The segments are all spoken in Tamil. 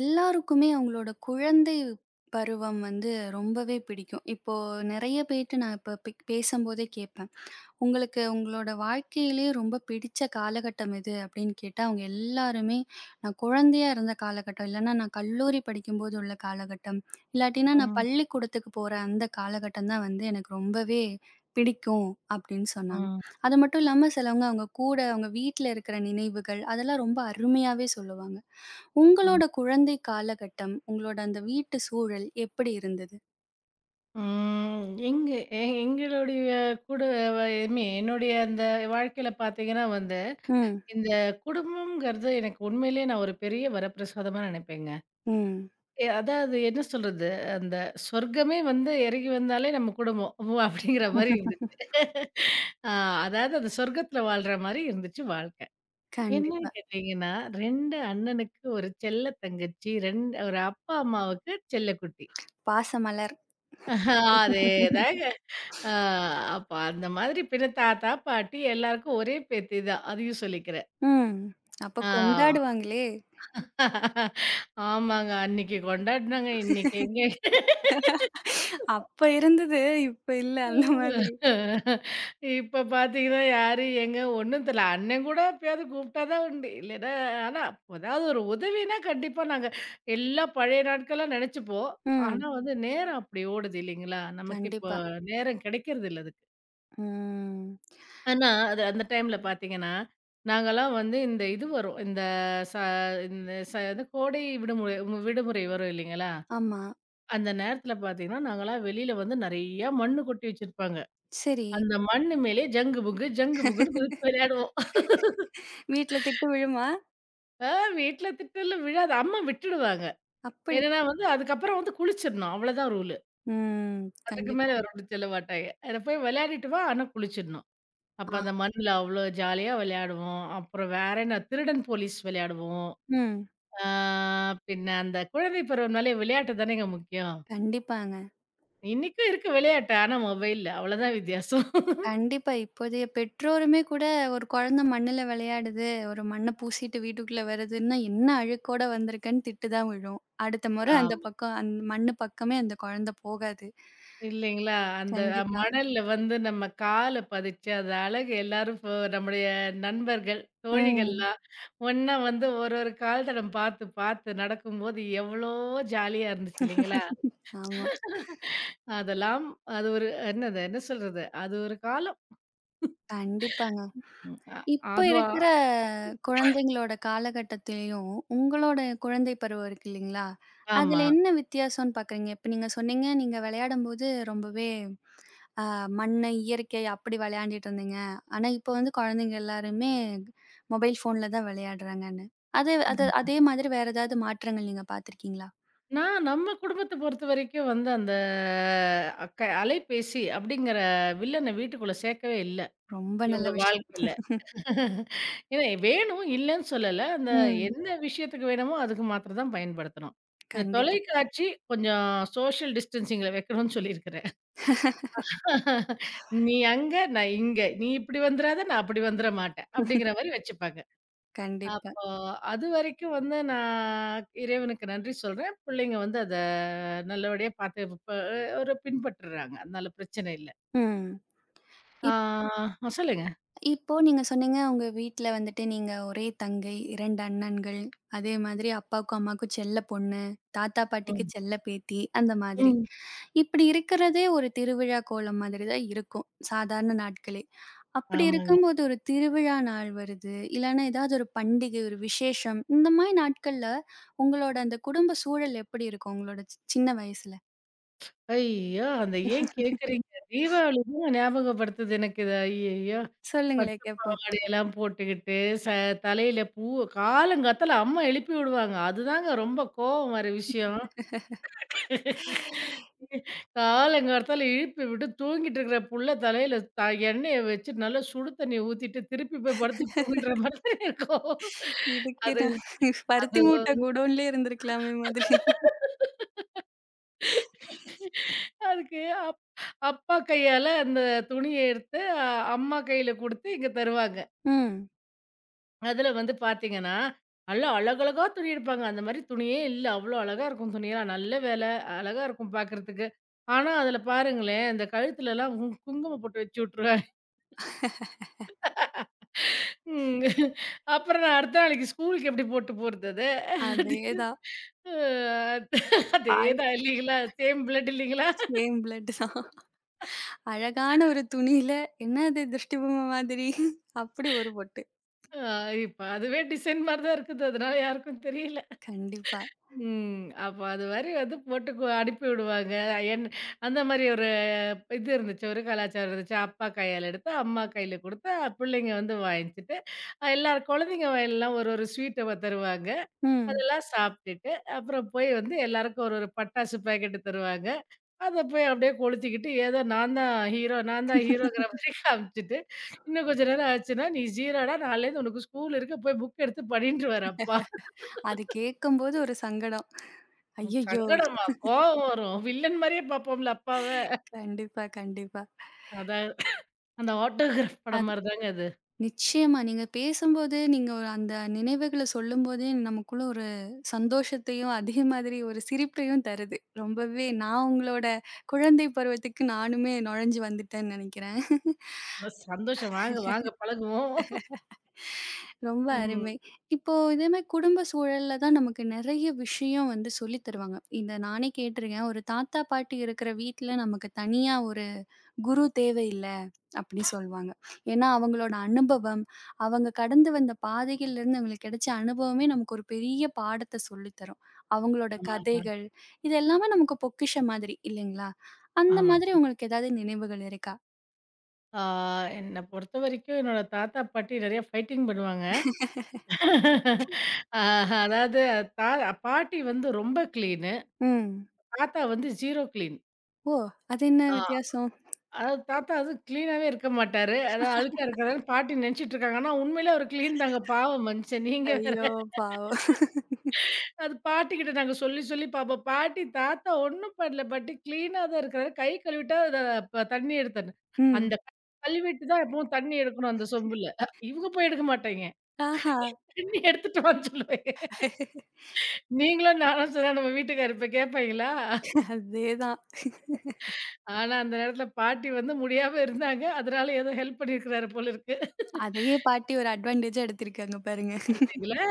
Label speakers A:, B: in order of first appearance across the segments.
A: எல்லாருக்குமே அவங்களோட குழந்தை பருவம் வந்து ரொம்பவே பிடிக்கும். இப்போ நெறைய பேர்ட்ட நான் இப்ப பேசம்போதே கேட்பேன். உங்களுக்கு உங்களோட வாழ்க்கையிலேயே ரொம்ப பிடிச்ச காலகட்டம் எது? அப்படின்னு கேட்டா, அவங்க எல்லாருமே நான் குழந்தையா இருந்த காலகட்டம், இல்லன்னா நான் கல்லூரி படிக்கும்போது உள்ள காலகட்டம், இல்லாட்டினா நான்
B: ம்,
A: பள்ளிக்கூடத்துக்கு போற அந்த காலகட்டம் தான் வந்து எனக்கு ரொம்பவே பிடிக்கும் அப்படின்னு சொன்னாங்க.
B: ம்,
A: அது மட்டும் இல்லாம சிலவங்க அவங்க கூட அவங்க வீட்ல இருக்கிற நினைவுகள், அதெல்லாம் ரொம்ப அருமையாவே சொல்லுவாங்க.
B: ம்.
A: உங்களோட குழந்தை காலகட்டம், உங்களோட அந்த வீட்டு சூழல் எப்படி இருந்தது?
B: ம். எங்க எ எங்களுடைய கூட ஐ மீன் என்னுடைய அந்த வாழ்க்கையில பார்த்தீங்கன்னா வந்து,
A: ம்,
B: இந்த குடும்பம்ங்கிறது எனக்கு உண்மையிலேயே நான் ஒரு பெரிய வரப்பிரசாதமா நினைப்பேங்க.
A: ம்.
B: அதாவது என்ன சொல்றது, அந்த சொர்க்கமே வந்து இறங்கி வந்தாலே நம்ம குடும்பம். ஓ! அப்படிங்கிற மாரி இருந்துச்சு. ஆ, அதாவது அந்த சொர்க்கத்தில வாழ்ற மாரி இருந்துச்சு வாழ்க்கை. என்னன்னு
A: கண்டிப்பா.
B: கேட்டீங்கன்னா, 2 அண்ணனுக்கு ஒரு செல்ல தங்கச்சி, 2 ஒரு அப்பா, அம்மாவுக்கு செல்லக்குட்டி.
A: பாசமலர்.
B: அதேதாங்க. ஆ, அப்ப அந்த மாதிரி பின்ன தாத்தா, பாட்டி எல்லாருக்கும் ஒரே பேத்தி தான். அதையும் சொல்லிக்கிறேன்.
A: ம். அப்ப
B: ஆ.
A: கொண்டாடுவாங்களே!
B: ஆமாங்க. அன்னைக்கு கொண்டாடுனாங்க. இன்னைக்கு எங்க?
A: அப்ப இருந்தது, இப்ப இல்ல அந்த மாதிரி.
B: இப்ப பார்த்தீங்கன்னா, யாரு எங்க? ஒண்ணும் தெர்ல. அண்ணன் கூட எப்பயாவது கூப்பிட்டா தான் உண்டு. இல்லைன்னா ஆனா அதாவது ஒரு உதவினா கண்டிப்பா நாங்க எல்லா பழைய நாட்கள்லா நெனச்சுப்போம்.
A: ம்.
B: ஆனா வந்து நேரம் அப்படி ஓடுது இல்லைங்களா? நமக்கு இப்போ
A: கண்டிப்பா.
B: நேரம் கிடைக்கிறது இல்ல அதுக்கு.
A: ம்.
B: ஆனா, அது அந்த டைம்ல பார்த்தீங்கன்னா, நாங்கலாம் வந்து இந்த இது வரும். இந்த ச இந்த ச இது கோடை விடுமுறை வரும் இல்லைங்களா?
A: ஆமா.
B: அந்த நேரத்தில பார்த்தீங்கன்னா, நாங்கலாம் வெளியில வந்து நெறையா மண்ணு கொட்டி வச்சிருப்பாங்க.
A: சரி.
B: அந்த மண்ணு மேலயே ஜங்கு புங்கு, ஜங்கு புங்குன்னு குதிச்சு விளையாடுவோம்.
A: வீட்ல திட்டு விழுமா?
B: ஆ, வீட்ல திட்டல விழாது. அம்மா விட்டுடுவாங்க.
A: அப்படி.
B: என்னன்னா வந்து அதுக்கப்புறம் வந்து குளிச்சிடணும். அவ்வளோதான் ரூலு.
A: ம்.
B: அதுக்கு மேல
A: கண்டிப்பா.
B: வேற ஒண்ணும் சொல்ல மாட்டாங்க. அத போய் விளையாடிட்டு வா, ஆனா குளிச்சிடணும். அப்ப
A: ஆ.
B: அந்த மண்ணுல அவ்வளோ ஜாலியா விளையாடுவோம். அப்புறம் வேற என்ன திருடன் போலீஸ் விளையாடுவோம்.
A: ம்.
B: ஆ, பின்ன அந்த குழந்தை பருவம்னாலே விளையாட்டு தானேங்க முக்கியம்.
A: கண்டிப்பாங்க.
B: இன்னைக்கும் இருக்கு விளையாட்டு. ஆனா மொபைல்ல. அவ்வளோதான் வித்தியாசம்.
A: கண்டிப்பா. இப்போதைய பெற்றோருமே கூட ஒரு குழந்தை மண்ணுல விளையாடுது, ஒரு மண்ண பூசிட்டு வீட்டுக்குள்ள வருதுன்னா, என்ன அழுக்கோட வந்திருக்கன்னு திட்டு தான் விழும். அடுத்த முற அந்த
B: ஆமா.
A: பக்கம் மண்ணு பக்கமே அந்த குழந்தை போகாது.
B: இல்லைங்களா? அந்த
A: கண்டிப்பா.
B: மணல்ல வந்து நம்ம கால பதிச்சு, அது அழகு எல்லாரும் இப்போ நம்முடைய நண்பர்கள்,
A: ம்.
B: தோழிகள்லாம் ஒண்ணா வந்து ஒரு ஒரு கால் தடம் பார்த்து பார்த்து நடக்கும்போது எவ்வளோ ஜாலியா இருந்துச்சு இல்லைங்களா?
A: ஆமா.
B: அதெல்லாம் அது ஒரு என்னது என்ன சொல்றது? அது ஒரு காலம்.
A: கண்டிப்பாங்க.
B: ம்.
A: இப்ப
B: அதுவா
A: இருக்கிற குழந்தைங்களோட காலகட்டத்திலயும், உங்களோட குழந்தை பருவம் இருக்கு இல்லீங்களா?
B: ஆமா.
A: அதுல என்ன வித்தியாசம்ன்னு பார்க்குறீங்க? இப்ப நீங்க சொன்னீங்க, நீங்க விளையாடும்போது ரொம்பவே அ மண்ணு, இயற்கை அப்படி விளையாண்டுட்டு இருந்தேங்க. ஆனா, இப்ப வந்து குழந்தைங்க எல்லாருமே மொபைல் ஃபோன்ல தான் விளையாடுறாங்கன்னு. அது அது அதே மாதிரி வேற ஏதாவது மாற்றங்கள் நீங்க பார்த்துருக்கீங்களா?
B: நான் நம்ம குடும்பத்த பொறுத்தவரைக்கும் வந்து அந்த அலைபேசி அப்படிங்கிற வில்லனை வீட்டுக்குள்ள சேர்க்கவே இல்ல.
A: ரொம்ப நல்ல
B: இவங்க
A: விஷயம்.
B: வாழ்க்கையில. ஏன்னா வேணும் இல்லன்னு சொல்லல. அந்த
A: ம்.
B: என்ன விஷயத்துக்கு வேணுமோ அதுக்கு மாத்திரம் தான் பயன்படுத்தணும். இந்த
A: கண்டிப்பா,
B: தொலைக்காட்சி கொஞ்சம் சோஷியல் டிஸ்டன்சிங்ல வைக்கணும்னு சொல்லியிருக்கிறேன். நீ அங்க, நான் இங்க. நீ இப்படி வந்துராத, நான் அப்படி வந்துர மாட்டேன். அப்படிங்கிற மாரி வச்சுப்பாங்க.
A: கண்டிப்பா.
B: அப்போ அதுவரைக்கும் வந்து நான் இறைவனுக்கு நன்றி சொல்றேன். பிள்ளைங்க வந்து அத நல்லபடியா பார்த்து ஒரு பின்பற்றுறாங்க. அதனால பிரச்சனை இல்ல.
A: ம்.
B: ஆ, சொல்லுங்க.
A: இப்போ நீங்க சொன்னீங்க, உங்க வீட்ல வந்துட்டு நீங்க ஒரே தங்கை, 2 அண்ணன்கள், அதே மாதிரி அப்பாவுக்கும், அம்மாவுக்கும் செல்ல பொண்ணு, தாத்தா, பாட்டிக்கு
B: ம்,
A: செல்ல பேத்தி அந்த மாதிரி.
B: ம்.
A: இப்படி இருக்கிறதே ஒரு திருவிழா கோலம் மாதிரி தான் இருக்கும், சாதாரண நாட்களே. அப்படி
B: ஆமாங்க.
A: இருக்கும்போது ஒரு திருவிழா நாள் வருது, இல்லன்னா ஏதாவது ஒரு பண்டிகை, ஒரு விசேஷம் இந்த மாரி நாட்கள்ல உங்களோட அந்த குடும்ப சூழல் எப்படி இருக்கும்? உங்களோட சின்ன வயசுல?
B: ஐயோ! அந்த ஏன் கேட்குறீங்க? தீபாவளி தாங்க ஞாபகப்படுத்துது எனக்கு இது. ஐயய்யோ!
A: சொல்லுங்களேன்
B: பட்டு
A: கேட்போம்.
B: பாவாடையெல்லாம் போட்டுக்கிட்டு, ச தலையில பூ காலங்காத்தால அம்மா எழுப்பி விடுவாங்க. அதுதாங்க ரொம்ப கோவம் வர விஷயம். காலங்கார்த்தால எழுப்பி விட்டு தூங்கிட்டு இருக்கிற புள்ள தலையில எண்ணெய வச்சு நல்லா சுடு தண்ணிய ஊத்திட்டு, திருப்பி போய் படுத்து தூங்குற மாரி தான் இருக்கும்.
A: இதுக்கு
B: அது
A: நான் பருத்தி
B: அது
A: மூட்டை குடோன்லயே இருந்திருக்கலாமே மாதிரி.
B: அதுக்கு அப் அப்பா கையால அந்த துணிய எடுத்து, அம்மா கையில குடுத்து இங்க தருவாங்க.
A: ம்.
B: அதில வந்து பார்த்தீங்கன்னா, நல்லா அழகழகா துணி எடுப்பாங்க. அந்த மாரி துணியே இல்ல. அவ்ளோ அழகா இருக்கும் துணியெல்லாம். நல்ல வேல. அழகா இருக்கும் பார்க்கறதுக்கு. ஆனா, அதில பாருங்களேன், இந்த கழுத்துலலாம் குங்குமம் பொட்டு வச்சு விட்டுருவாங்க. ம். அப்புறம் நான் அடுத்த நாளைக்கு ஸ்கூலுக்கு எப்படி போட்டு போறது அத?
A: அதேதான். ஆள்
B: அதேதான் இல்லைங்களா? சேம் பிளட் இல்லைங்களா?
A: சேம் பிளட் தான். அழகான ஒரு துணியில என்னது திருஷ்டிபொம்மை மாதிரி அப்படி ஒரு பொட்டு.
B: அ இப்ப அதுவே டிசைன் மாரி தான் இருக்குது. அதனால யாருக்கும் தெரியல.
A: கண்டிப்பா.
B: ம். அப்ப அது மாரி வந்து போட்டு அனுப்பி விடுவாங்க. என் அந்த மாரி ஒரு இது இருந்துச்சு. ஒரு கலாச்சாரம் இருந்துச்சு. அப்பா கையால எடுத்து, அம்மா கையில குடுத்து, பிள்ளைங்க வந்து வாங்கிச்சுட்டு, எல்லார் குழந்தைங்க வாயிலலாம் ஒரு ஒரு ஸ்வீட்ட தருவாங்க.
A: ம்.
B: அதெல்லாம் சாப்பிட்டுட்டு, அப்புறம் போய் வந்து எல்லாருக்கும் ஒரு ஒரு பட்டாசு பாக்கெட்டு தருவாங்க. அத போய் அப்படியே கொளுத்திக்கிட்டு, ஏதோ நான் தான் ஹீரோ, நான் தான் ஹீரோங்கிற மாரி காமிச்சுட்டு, இன்னும் கொஞ்ச நேரம் ஆச்சுன்னா, "நீ ஸீரோடா, நாளையிலேருந்து உனக்கு ஸ்கூல் இருக்கு. போய் புக் எடுத்து படின்ட்டு வரு அப்பா."
A: அது கேட்கும்போது ஒரு சங்கடம்.
B: ம்.
A: ஐயய்யோ!
B: சங்கடமா? கோவம் வரும். வில்லன் மாரியே பார்ப்போம்ல அப்பாவ.
A: கண்டிப்பா, கண்டிப்பா.
B: அதான் அந்த ஆட்டோகிராஃப் படம்
A: அது
B: மாரி தாங்க அது.
A: நிச்சயமா. நீங்க பேசும்போது, நீங்க ஒரு அந்த நினைவுகள சொல்லும்போதே நமக்குள்ள ஒரு சந்தோஷத்தையும், அதே மாதிரி ஒரு சிரிப்பையும் தருது. ரொம்பவே நான் உங்களோட குழந்தை பருவத்துக்கு நானுமே நுழைஞ்சு வந்துட்டேன்னு நெனைக்கிறேன்.
B: நல்ல சந்தோஷம். வாங்க, வாங்க பழகுவோம்.
A: ரொம்ப
B: ம்.
A: அருமை. இப்போ இதே மாரி குடும்ப சூழல்ல தான் நமக்கு நெறைய விஷயம் வந்து சொல்லி தருவாங்க. இந்த நானே கேட்டுருக்கேன். ஒரு தாத்தா, பாட்டி இருக்கிற வீட்ல நமக்கு தனியா ஒரு குரு தேவையில்ல அப்படி சொல்வாங்க. ஏன்னா அவங்களோட அனுபவம், அவங்க கடந்து வந்த பாதைகள்லேருந்து அவங்களுக்கு கிடைச்ச அனுபவமே நமக்கு ஒரு பெரிய பாடத்த சொல்லி தரும். அவங்களோட
B: ஆமாங்க.
A: கதைகள், இது எல்லாமே நமக்கு பொக்கிஷம் மாதிரி இல்லைங்களா? அந்த
B: ஆமாங்க.
A: மாதிரி உங்களுக்கு ஏதாவது நினைவுகள் இருக்கா?
B: ஆ, என்ன பொறுத்தவரைக்கும் என்னோட தாத்தா, பாட்டி நெறைய ஃபைட்டிங் பண்ணுவாங்க. ஆ, அதாவது தா பாட்டி வந்து ரொம்ப கிளீனு.
A: ம்.
B: தாத்தா வந்து 0 கிளீன்.
A: ஓ! அது என்ன
B: ஆ,
A: வித்தியாசம்?
B: அதாவது தாத்தா வந்து கிளீனாவே இருக்க மாட்டாரு. அதான் அழுக்கா இருக்கிறாருன்னு பாட்டி நெனச்சிட்டு இருக்காங்க. ஆனா உண்மையிலே அவரு கிளீன் தாங்க. பாவம் மனுஷன். நீங்க வேற.
A: ஐயோ! பாவம்.
B: அது பாட்டிக்கிட்ட நாங்க சொல்லி, சொல்லி பாப்போம். பாட்டி தாத்தா ஒண்ணும் பண்ணல. பட் கிளீனா தான் இருக்கிறாரு. கை கழுவிட்டா அத தண்ணி எடுத்தர்ணும்.
A: ம்.
B: அந்த கை கழுவிட்டு தான் எப்பவும் தண்ணி எடுக்கணும் அந்த சொம்புல. இவங்க போய் எடுக்க மாட்டாய்ங்க.
A: ஆஹா.
B: தண்ணி எடுத்துட்டு வான்னு சொல்லுவாய்ங்க. நீங்களும் நானும் சொன்னா நம்ம வீட்டுக்காரர் இப்ப கேட்பாய்ங்களா?
A: அதேதான்.
B: ஆனா அந்த நேரத்துல பாட்டி வந்து முடியாம இருந்தாங்க. அதனால ஏதோ ஹெல்ப் பண்ணியிருக்கிறாரு போல இருக்கு.
A: அதையே பாட்டி ஒரு அட்வான்டேஜா எடுத்திருக்காங்க பாருங்க.
B: பார்த்தீங்களா?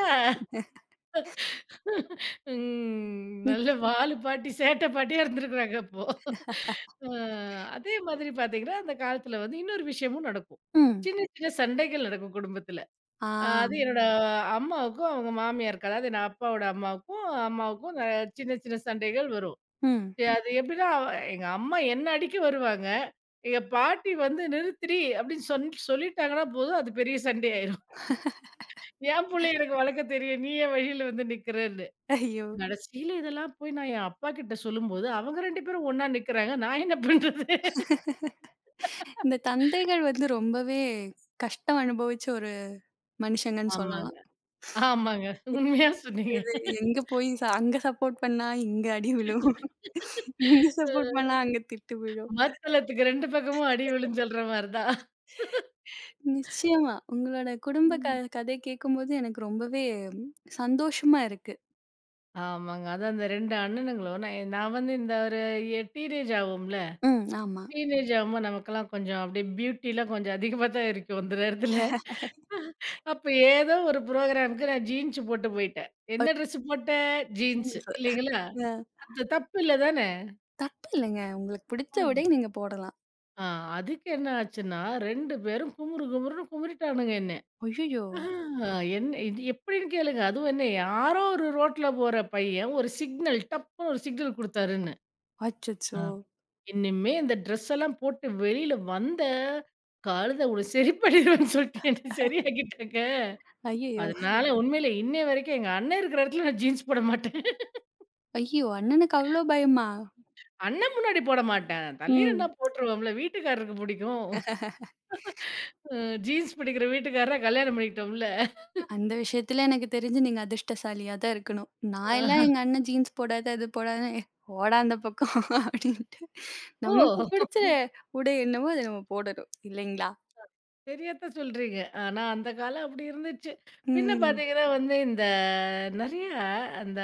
B: ம். நல்ல
A: நிச்
B: வாலு பாட்டி, சேட்டை பாட்டியா இருந்திருக்கிறாங்க அப்போ. அ அதே மாதிரி பார்த்தீங்கன்னா, அந்த காலத்தில வந்து இன்னொரு விஷயமும் நடக்கும்.
A: ம்.
B: சின்ன சின்ன சண்டைகள் நடக்கும் குடும்பத்தில.
A: ஆ.
B: அது என்னோட ம். அம்மாவுக்கும், அவங்க மாமியாருக்கு, அதாவது என் அப்பாவோட அம்மாவுக்கும், அம்மாவுக்கும் சின்ன சின்ன சண்டைகள் வரும்.
A: ம்.
B: அது எப்படின்னா, எங்க அம்மா என்ன அடிக்க வருவாங்க. எங்க பாட்டி வந்து "நிறுத்துடி" அப்படின்னு சொல்லிட்டாங்கன்னா போதும், அது பெரிய சண்டையாயிரும். என் புள்ளைய எனக்கு வளர்க்க தெரியும். நீ ஏன் வழியில வந்து நிக்கிறன்னு.
A: ஐயோ!
B: கடைசியில இதெல்லாம் போய் நான் என் அப்பா கிட்ட சொல்லும்போது, அவங்க 2 பேரும் ஒண்ணா நிக்கிறாங்க. நான் என்ன பண்றது?
A: இந்த தந்தைகள் வந்து ரொம்பவே கஷ்டம் அனுபவிச்ச ஒரு மனுஷங்கன்னு
B: ஆமாங்க.
A: சொல்லலாம்.
B: ஆமாங்க. உண்மையா சொன்னீங்க.
A: இது எங்க போய் அங்க சப்போர்ட் பண்ணா, இங்க அடி விழும். இங்க சப்போர்ட்
B: அ
A: பண்ணா, அங்க திட்டு விழும்.
B: மத்தளத்துக்கு 2 பக்கமும் அடி விழுன்னு சொல்ற மாரி தான்.
A: நிச்சயமா. உங்களோட குடும்ப
B: ம்.
A: கதை கேட்கும்போது எனக்கு ரொம்பவே சந்தோஷமா இருக்கு.
B: ஆமாங்க. அதான் அந்த 2 அண்ணனுங்களும் நான் நான் வந்து இந்த ஒரு டீனேஜ் ஆவோம்ல.
A: ம். ஆமா.
B: டீனேஜ் ஆகும்போது நமக்கெல்லாம் கொஞ்சம் அப்படியே பியூட்டிலாம் கொஞ்சம் அதிகமா தான் இருக்கும் அந்த நேரத்தில. அப்ப ஏதோ ஒரு ப்ரோகிராம்க்கு நான் ஜீன்ஸ் போட்டு போயிட்டேன். என்ன ட்ரெஸ் போட்ட? ஜீன்ஸ்
A: தீன்று.
B: இல்லைங்களா?
A: அ
B: அது தப்பு இல்ல தானே?
A: தப்பு இல்லங்க. உங்களுக்கு
B: ஆ.
A: பிடிச்ச உடைய நீங்க போடலாம்.
B: ஆ, அதுக்கு என்ன ஆச்சுன்னா 2 பேரும் குமுறு குமுறுன்னு குமுறிட்டானுங்க என்ன.
A: "ஐயய்யோ!
B: ஆ, என்ன இது எப்படின்னு கேளுங்க. அதுவும் என்ன யாரோ ஒரு ரோட்ல போற பையன் ஒரு சிக்னல் டப்புன்னு ஒரு சிக்னல் குடுத்தாருன்னு. ஆ.
A: அச்சச்சோ!
B: இனிமே இந்த ட்ரெஸ் எல்லாம் போட்டு வெளியில வந்த, கழுத உன்ன சரி பண்ணிருவேன்னு சொல்லிட்டு என்ன சரியாக்கிட்டாங்க.
A: ஐயய்யோ!
B: அதனால உண்மையிலே இன்னைய வரைக்கும் எங்க அண்ணன் இருக்கிற இடத்துல நான் ஜீன்ஸ் போட மாட்டேன்.
A: ஐயோ! அண்ணனுக்கு அவ்ளோ பயமா?"
B: அண்ணன் முன்னாடி போட மாட்டேன். தள்ளி நின்னா
A: ம்.
B: போட்டுருவோம்ல. வீட்டுக்காரருக்கு பிடிக்கும். அ ஜீன்ஸ் பிடிக்கிற வீட்டுக்காரர கல்யாணம் பண்ணிக்கிட்டோம்ல.
A: அந்த விஷயத்துல எனக்கு தெரிஞ்சு நீங்க அதிர்ஷ்டசாலியா தான் இருக்கணும். நான் எல்லாம் எங்க அண்ணன் ஜீன்ஸ் போடாத, அது போடாதன்னு, "ஏய் போடா அந்த பக்கம்" அப்படின்ட்டு நமக்கு
B: ஓ!
A: பிடிச்ச உடை என்னவோ அத நம்ம போடணும். இல்லைங்களா?
B: சரியாத்தான் சொல்றீங்க. ஆனா, அந்த காலம் அப்படி இருந்துச்சு. பின்ன
A: ம்.
B: பார்த்தீங்கன்னா வந்து, இந்த நெறைய அந்த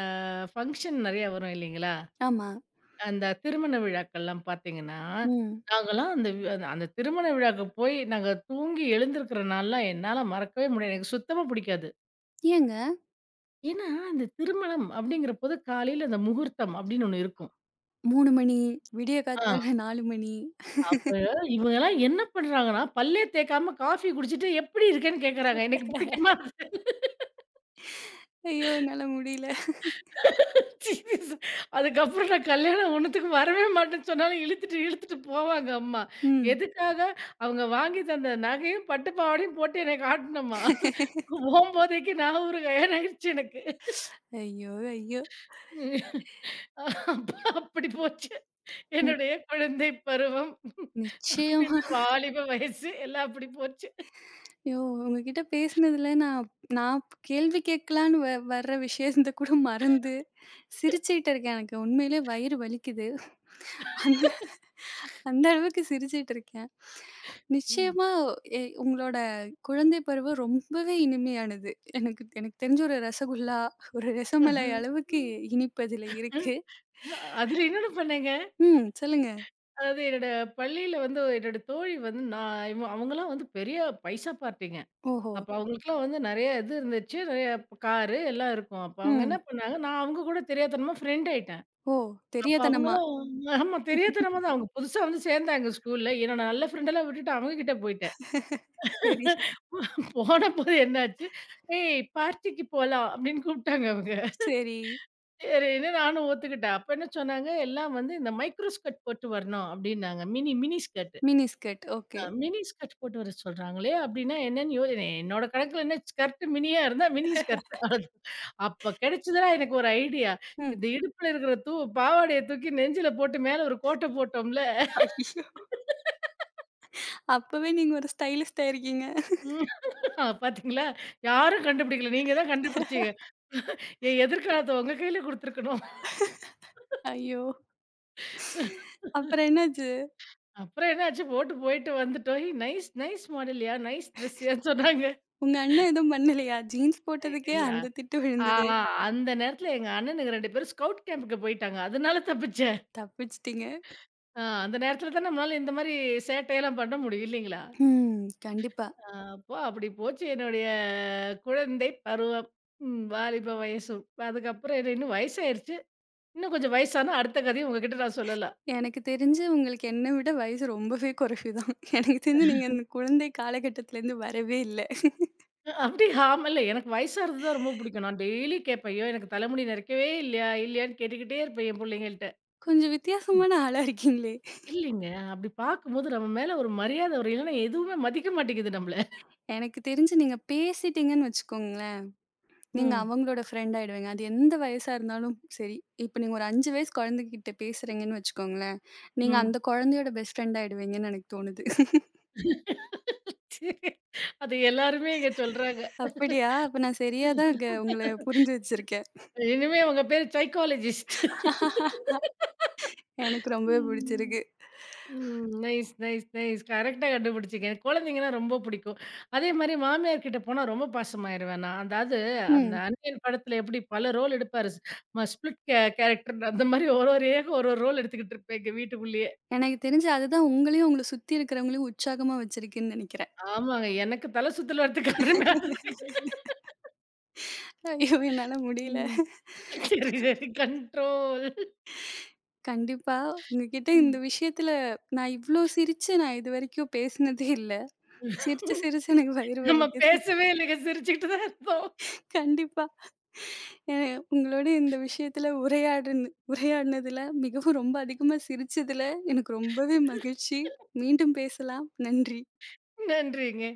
B: ஃபங்ஷன் நெறைய வரும் இல்லைங்களா?
A: ஆமா.
B: அந்த திருமண விழாக்கள்லாம் பார்த்தீங்கன்னா,
A: ம்.
B: நாங்கலாம் அந்த வி அந்த அந்த திருமண விழாக்கு போய் நாங்க தூங்கி எழுந்திருக்கிற நாள்லாம் என்னால மறக்கவே முடியாது. எனக்கு சுத்தமா பிடிக்காது.
A: ஏங்க
B: ஏன்னா, இந்த திருமணம் அப்படிங்கிறபோது காலையில அந்த முகூர்த்தம் அப்படின்னு ஒண்ணு இருக்கும்.
A: 3 மணி, விடிய
B: ஆ,
A: காத்தால 4 மணி.
B: அப்ப இவங்கலாம் என்ன பண்றாங்கன்னா, பல்லே தேய்க்காம காஃபி குடிச்சிட்டு, "எப்படி இருக்கேன்னு?" கேட்கறாங்க. எனக்கு பிடிக்குமா அது?
A: ஐயோ! என்னால முடியல.
B: சீரியஸா. அதுக்கப்புறம் நான் கல்யாணம் ஒண்ணுத்துக்கு வரவே மாட்டேன்னு சொன்னாலும் இழுத்துட்டு, இழுத்துட்டு போவாங்க அம்மா.
A: ம்.
B: எதுக்காக? அவங்க வாங்கி தந்த நகையும், பட்டு பாவாடையும் போட்டு என்னை காட்டணுமா. போம்போதைக்கு நான் ஒரு கல்யாணம் ஆயிடுச்சு எனக்கு.
A: ஐயோ! ஐயோ!
B: ம். அப்ப அப்படி போச்சு.
A: நி
B: என்னுடைய குழந்தை பருவம், பின்ன
A: நிச்சயமா.
B: வாலிப வயசு எல்லாம் அப்படி போச்சு.
A: ஐயோ! உங்ககிட்ட பேசினதுல நான் நான் கேள்வி கேட்கலான்னு வர்ற விஷயத்த கூட மறந்து சிரிச்சுக்கிட்டு இருக்கேன். எனக்கு உண்மையிலேயே வயிறு வலிக்குது. அந்த அந்த அளவுக்கு சிரிச்சுட்டு இருக்கேன்.
B: ம்.
A: நிச்சயமா உங்களோட குழந்தை பருவம் ரொம்பவே இனிமையானது. எனக்கு எனக்கு தெரிஞ்ச ஒரு ரசகுல்லா, ஒரு ரசமலை
B: அஹ.
A: அளவுக்கு இனிப்பு அதுல இருக்கு.
B: அ அதுல இன்னொன்னு பண்ணேங்க.
A: ம். சொல்லுங்க.
B: அதாவது என்னோட பள்ளியில வந்து என்னோட தோழி வந்து நான் அவங்கலாம் வந்து பெரிய பைசா பார்ட்டிங்க.
A: ஓஹோ!
B: அப்ப அவங்களுக்குலாம் வந்து நெறைய இது இருந்துச்சு. நெறைய காரு எல்லாம் இருக்கும். அப்ப அவங்க
A: ம்.
B: என்ன பண்ணாங்க, நான் அவங்க கூட தெரியாத்தனமா ஃப்ரெண்ட் ஆயிட்டேன்.
A: ஓ!
B: அப்ப
A: தெரியாத்தனமா.
B: அவங்களும் ஆமா தெரியாத்தனமா தான் அவங்க புதுசா வந்து சேர்ந்தாங்க ஸ்கூல்ல. என்னோட நல்ல ஃப்ரெண்டெல்லாம் விட்டுட்டு அவங்க கிட்ட போயிட்டேன்.
A: சரி,
B: போனபோது என்னாச்சு, "ஏய் பார்ட்டிக்கு போலாம்" அப்படின்னு கூப்பிட்டாங்க அவங்க.
A: சரி.
B: சரின்னு நானும் ஒத்துக்கிட்டேன். அப்ப என்ன சொன்னாங்க, எல்லாம் வந்து இந்த மைக்ரோ ஸ்கர்ட் போட்டு வரணும் அப்படின்னாங்க. Mini mini skirt.
A: Mini skirt. Okay.
B: Mini skirt போட்டு வர சொல்றாங்களே! அப்டின்னா என்னன்னு என்னோட கணக்குல என்ன ஸ்கர்ட் மினியா இருந்தா மினி ஸ்கர்ட். அப்ப கிடைச்சதுனா எனக்கு ஒரு ஐடியா.
A: ம்.
B: இந்த இடுப்புல இருக்கிற பாவாடைய தூக்கி நெஞ்சில போட்டு மேல ஒரு கோட்ட போட்டோம்ல.
A: ஐயோ! அப்பவே நீங்க ஒரு ஸ்டைலிஸ்ட்டா இருக்கீங்க.
B: ம். பாத்தீங்களா? யாரும் கண்டுபிடிக்கல. நீங்க தான் கண்டுபிடிச்சீங்க. என் எதிர்காலத்த உங்க கையில குடுத்துருக்கணும்.
A: ஐயோ! அப்புறம் என்னாச்சு?
B: அப்புறம் என்னாச்சு போட்டு போயிட்டு வந்துட்டோம். "ஏய் நைஸ் நைஸ் மாடல்யா, நைஸ் ட்ரெஸ்ஸுயான்னு" சொன்னாங்க.
A: உங்க அண்ணன் எதுவும் பண்ணலையா? ஜீன்ஸ் போட்டதுக்கே
B: இல்ல.
A: அந்த திட்டு
B: ஆ,
A: விழுந்தது.
B: அந்த நேரத்துல எங்க அண்ணனுங்க 2 பேரும் ஸ்கவுட் கேம்புக்கு போயிட்டாங்க. அதனால தப்பிச்சேன்.
A: தப்பிச்சுட்டீங்க.
B: ஆ, அந்த நேரத்துல தான் நம்மளால இந்த மாரி சேட்டையெல்லாம் பண்ண முடியும் இல்லைங்களா?
A: ம். கண்டிப்பா.
B: அ அப்போ அப்படி போச்சு என்னுடைய குழந்தை பருவம். ம் வாலிப வயசும். அதுக்கப்புறம் என்ன இன்னும் வயசாயிருச்சு. இன்னும் கொஞ்சம் வயசானா அடுத்த கதைய உங்ககிட்ட நான் சொல்லலாம்.
A: எனக்கு தெரிஞ்சு உங்களுக்கு என்ன விட வயசு ரொம்பவே குறைவு தான். எனக்கு தெரிஞ்சு நீங்க அந்த குழந்தை காலகட்டத்திலேருந்து வரவே இல்ல.
B: அப்படி ஆமல்ல எனக்கு வயசாறது தான் ரொம்ப பிடிக்கும். நான் டெய்லி கேட்பேன். ஐயோ! எனக்கு தலைமுடி நரைக்கவே இல்லையா? இல்லையான்னு கேட்டுக்கிட்டே இருப்பேன் என் புள்ளைங்கள்ட்ட.
A: கொஞ்சம் வித்தியாசமான ஆளா இருக்கீங்களே!
B: இல்லைங்க. அப்படி பார்க்கும்போது நம்ம மேல ஒரு மரியாதை வரும். இல்லன்னா எதுவுமே மதிக்க மாட்டேங்குது நம்மள.
A: எனக்கு தெரிஞ்சு நீங்க பேசிட்டீங்கன்னு வச்சுக்கோங்களேன். நீங்க
B: ம்.
A: அவங்களோட ஃப்ரெண்ட் ஆயிடுவீங்க. அது எந்த வயசா இருந்தாலும் சரி. இப்ப நீங்க ஒரு 5 வயசு குழந்தைகிட்ட பேசுறீங்கன்னு வச்சுக்கோங்களேன், நீங்க
B: ம்.
A: அந்த குழந்தையோட பெஸ்ட் ஃப்ரெண்ட் ஆயிடுவீங்கன்னு எனக்கு தோணுது.
B: அது எல்லாருமே இங்க சொல்றாங்க.
A: அப்படியா? அப்ப நான் சரியா தான் உங்கள புரிஞ்சு வச்சிருக்கேன்.
B: இனிமே உங்க பேரு சைக்காலஜிஸ்ட்.
A: எனக்கு ரொம்பவே
B: ம்.
A: பிடிச்சிருக்கு.
B: ம். Nice, nice, nice. கரெக்ட்டா கண்டுபிடிச்சீங்க. எனக்கு குழந்தைங்கன்னா ரொம்ப புடிக்கும். அதேமாரி மாமியார் கிட்ட போனா ரொம்ப பாசமாயிருவேன் நான். அதாவது அந்த
A: ம்.
B: அந்நியன் படத்துல எப்படி பல ரோல் எடுப்பாரு. ஸ்பிளிட் கேரக்டர் அந்த மாரி ஒரு ஒரு ஏக ஒரு ஒரு ரோல் எடுத்துக்கிட்டு இருப்பேன் எங்க வீட்டுக்குள்ளேயே.
A: எனக்கு தெரிஞ்சு அதுதான் உங்களையும், உங்கள சுத்தி இருக்கிறவங்களையும் உற்சாகமா வச்சிருக்குன்னு நெனைக்கிறேன்.
B: ஆமாங்க. எனக்கு தல சுத்தல் வரதுக்கு அருமையா
A: ஐயோ! என்னால முடியல.
B: ம். சரி, சரி. கண்ட்ரோல்.
A: கண்டிப்பா. உங்ககிட்ட இந்த
B: ம்.
A: விஷயத்துல நான் இவ்ளோ சிரிச்சு நான் இதுவரைக்கும் பேசினதே இல்ல. சிரிச்சு, சிரிச்சு எனக்கு வயிறு
B: நம்ம
A: வலிக்குது.
B: பேசவே இல்லைங்க. சிரிச்சுக்கிட்டு தான் இருந்தோம்.
A: கண்டிப்பா. அ உங்களோட இந்த விஷயத்துல உரையாடினதுல மிகவும் ரொம்ப அதிகமா சிரிச்சதுல எனக்கு ரொம்பவே மகிழ்ச்சி. மீண்டும் பேசலாம். நன்றி.
B: நன்றிங்க.